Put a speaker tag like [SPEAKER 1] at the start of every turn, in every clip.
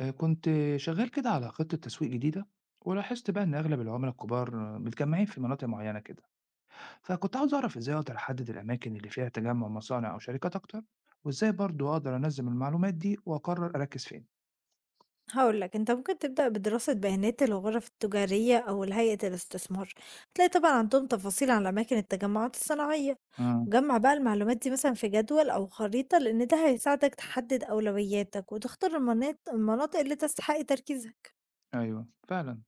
[SPEAKER 1] كنت شغّال كده على خطة تسويق جديدة، ولاحظت بقى إن أغلب العملا الكبار آه، متجمّعين في مناطق معيّنة كده، فكنت عاوز أعرف إزاي أقدر أحدد الأماكن اللي فيها تجمُّع مصانع أو شركات أكتر، وإزاي برضه أقدر أنظّم المعلومات دي وأقرّر أركّز فين؟
[SPEAKER 2] هاقول لك، أنت ممكن تبدأ بدراسة بيانات الغرف التجارية أو لهيئة الاستثمار، هتلاقي طبعًا عندهم تفاصيل عن أماكن التجمعات الصناعية،
[SPEAKER 1] إمم،
[SPEAKER 2] وجمّع بقى المعلومات دي مثلًا في جدول أو خريطة لإن ده هيساعدك تحدد أولوياتك وتختار المناطق اللي تستحق تركيزك.
[SPEAKER 1] أيوه فعلًا،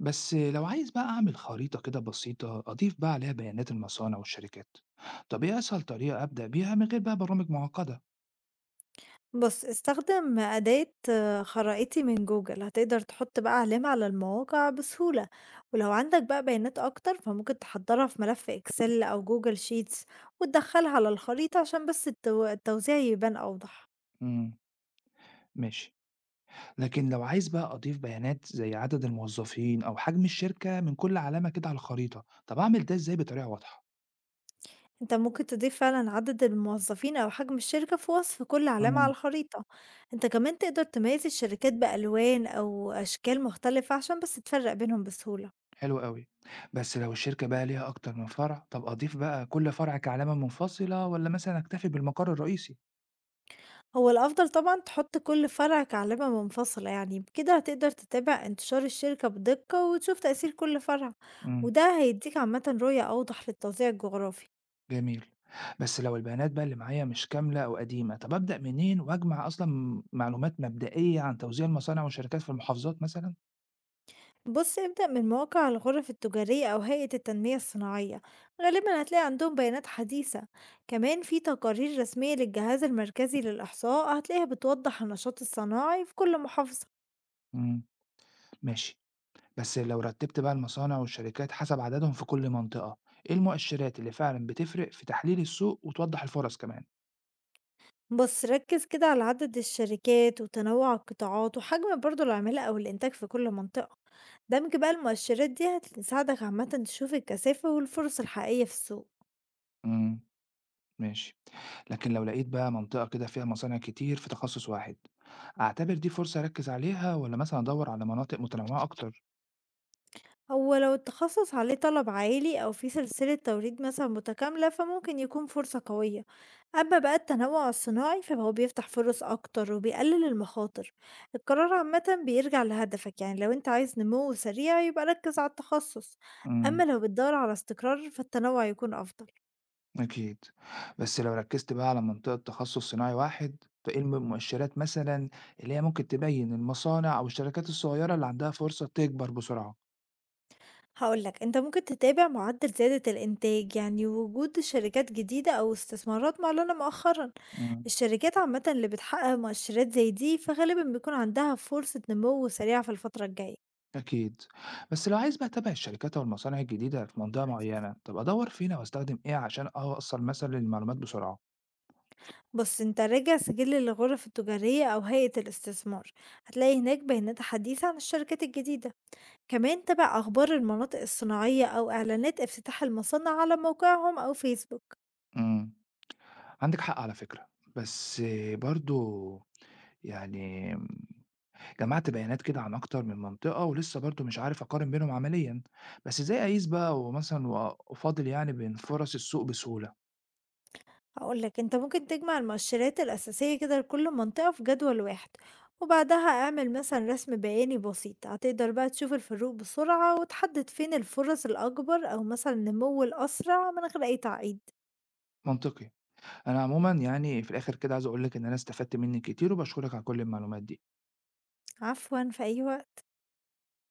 [SPEAKER 1] بس لو عايز بقى أعمل خريطة كده بسيطة أضيف بقى عليها بيانات المصانع والشركات، طَب إيه أسهل طريقة أبدأ بيها من غير بقى برامج معقّدة؟
[SPEAKER 2] بُص، استخدم أداة خرائطي من جوجل، هتقدر تحط بقى علامة على المواقع بسهولة، ولو عندك بقى بيانات أكتر فممكن تحضرها في ملف Excel أو Google Sheets وتدخلها على الخريطة عشان بس التوزيع يبان أوضح.
[SPEAKER 1] إمم، ماشي. لكن لو عايز بقى أضيف بيانات زي عدد الموظفين أو حجم الشركة من كل علامة كده على الخريطة، طب أعمل ده إزاي بطريقة واضحة؟
[SPEAKER 2] أنت ممكن تضيف فعلًا عدد الموظفين أو حجم الشركة في وصف كل علامة على
[SPEAKER 1] مم.
[SPEAKER 2] الخريطة. أنت كمان تقدر تميز الشركات بألوان أو أشكال مختلفة عشان بس تفرق بينهم بسهولة.
[SPEAKER 1] حلو قوي. بس لو الشركة بقى ليها أكتر من فرع طب أضيف بقى كل فرع كعلامة منفصلة ولا مثلا أكتفي بالمقر الرئيسي؟
[SPEAKER 2] هو الأفضل طبعًا تحط كل فرع كعلامة منفصلة يعني، بكده هتقدر تتابع انتشار الشركة بدقة وتشوف تأثير كل فرع،
[SPEAKER 1] امم
[SPEAKER 2] وده هيديك عامةً رؤية أوضح للتوزيع الجغرافي.
[SPEAKER 1] جميل. بس لو البيانات بقى اللي معايا مش كاملة أو قديمة طب أبدأ منين وأجمع أصلا معلومات مبدئية عن توزيع المصانع والشركات في المحافظات مثلا؟
[SPEAKER 2] بُص ابدأ من مواقع الغرف التجارية أو هيئة التنمية الصناعية، غالبًا هتلاقي عندهم بيانات حديثة، كمان في تقارير رسمية للجهاز المركزي للإحصاء هتلاقيها بتوضح النشاط الصناعي في كل محافظة.
[SPEAKER 1] امم ماشي. بس لو رتبت بقى المصانع والشركات حسب عددهم في كل منطقة، ايه المؤشرات اللي فعلا بتفرق في تحليل السوق وتوضح الفرص كمان؟
[SPEAKER 2] بُص ركز كده على عدد الشركات وتنوع القطاعات وحجم برضه العمالة أو الإنتاج في كل منطقة. دمج بقى المؤشرات دي هتساعدك عامة تشوف الكثافة والفرص الحقيقية في السوق.
[SPEAKER 1] امم ماشي. لكن لو لقيت بقى منطقة كده فيها مصانع كتير في تخصص واحد، اعتبر دي فرصة اركز عليها ولا مثلا ادور على مناطق متنوعة اكتر؟
[SPEAKER 2] هو لو التخصص عليه طلب عالي أو في سلسلة توريد مثلا متكاملة فممكن يكون فرصة قوية، أما بقى التنوع الصناعي فهو بيفتح فرص أكتر وبيقلل المخاطر. القرار عامة بيرجع لهدفك، يعني لو أنت عايز نمو سريع يبقى ركز على التخصص، أما
[SPEAKER 1] امم
[SPEAKER 2] لو بتدور على استقرار فالتنوع يكون أفضل.
[SPEAKER 1] اكيد. بس لو ركزت بقى على منطقة تخصص صناعي واحد، فايه المؤشرات مثلا اللي هي ممكن تبين المصانع او الشركات الصغيرة اللي عندها فرصة تكبر بسرعة؟
[SPEAKER 2] هاقول لك، أنت ممكن تتابع معدل زيادة الإنتاج، يعني وجود شركات جديدة أو استثمارات معلنة مؤخرًا، الشركات عامةً اللي بتحقق مؤشرات زي دي فغالبًا بيكون عندها فرصة نمو سريعة في الفترة الجاية.
[SPEAKER 1] أكيد. بس لو عايز بقى أتابع الشركات أو المصانع الجديدة في منطقة معينة طب أدور فين أو أستخدم إيه عشان أوصل مثلا للمعلومات بسرعة؟
[SPEAKER 2] بُص أنت راجع سجل الغرف التجارية أو هيئة الاستثمار، هتلاقي هناك بيانات حديثة عن الشركات الجديدة، كمان تابع أخبار المناطق الصناعية أو إعلانات افتتاح المصانع على موقعهم أو فيسبوك.
[SPEAKER 1] امم عندك حق على فكرة. بس برضو يعني جمعت بيانات كده عن أكتر من منطقة ولسه برضو مش عارف أقارن بينهم عمليا، بس إزاي أقيس بقى ومثلا وأفاضل يعني بين فرص السوق بسهولة؟
[SPEAKER 2] هقول لك، انت ممكن تجمع المؤشرات الأساسية كده لكل منطقة في جدول واحد، وبعدها اعمل مثلا رسم بياني بسيط، هتقدر بقى تشوف الفروق بسرعة وتحدد فين الفرص الأكبر أو مثلا النمو الأسرع من غير أي تعقيد.
[SPEAKER 1] منطقي. أنا عموما يعني في الآخر كده عايز أقول لك إن أنا استفدت منك كتير وبشكرك على كل المعلومات دي.
[SPEAKER 2] عفوا، في أي وقت.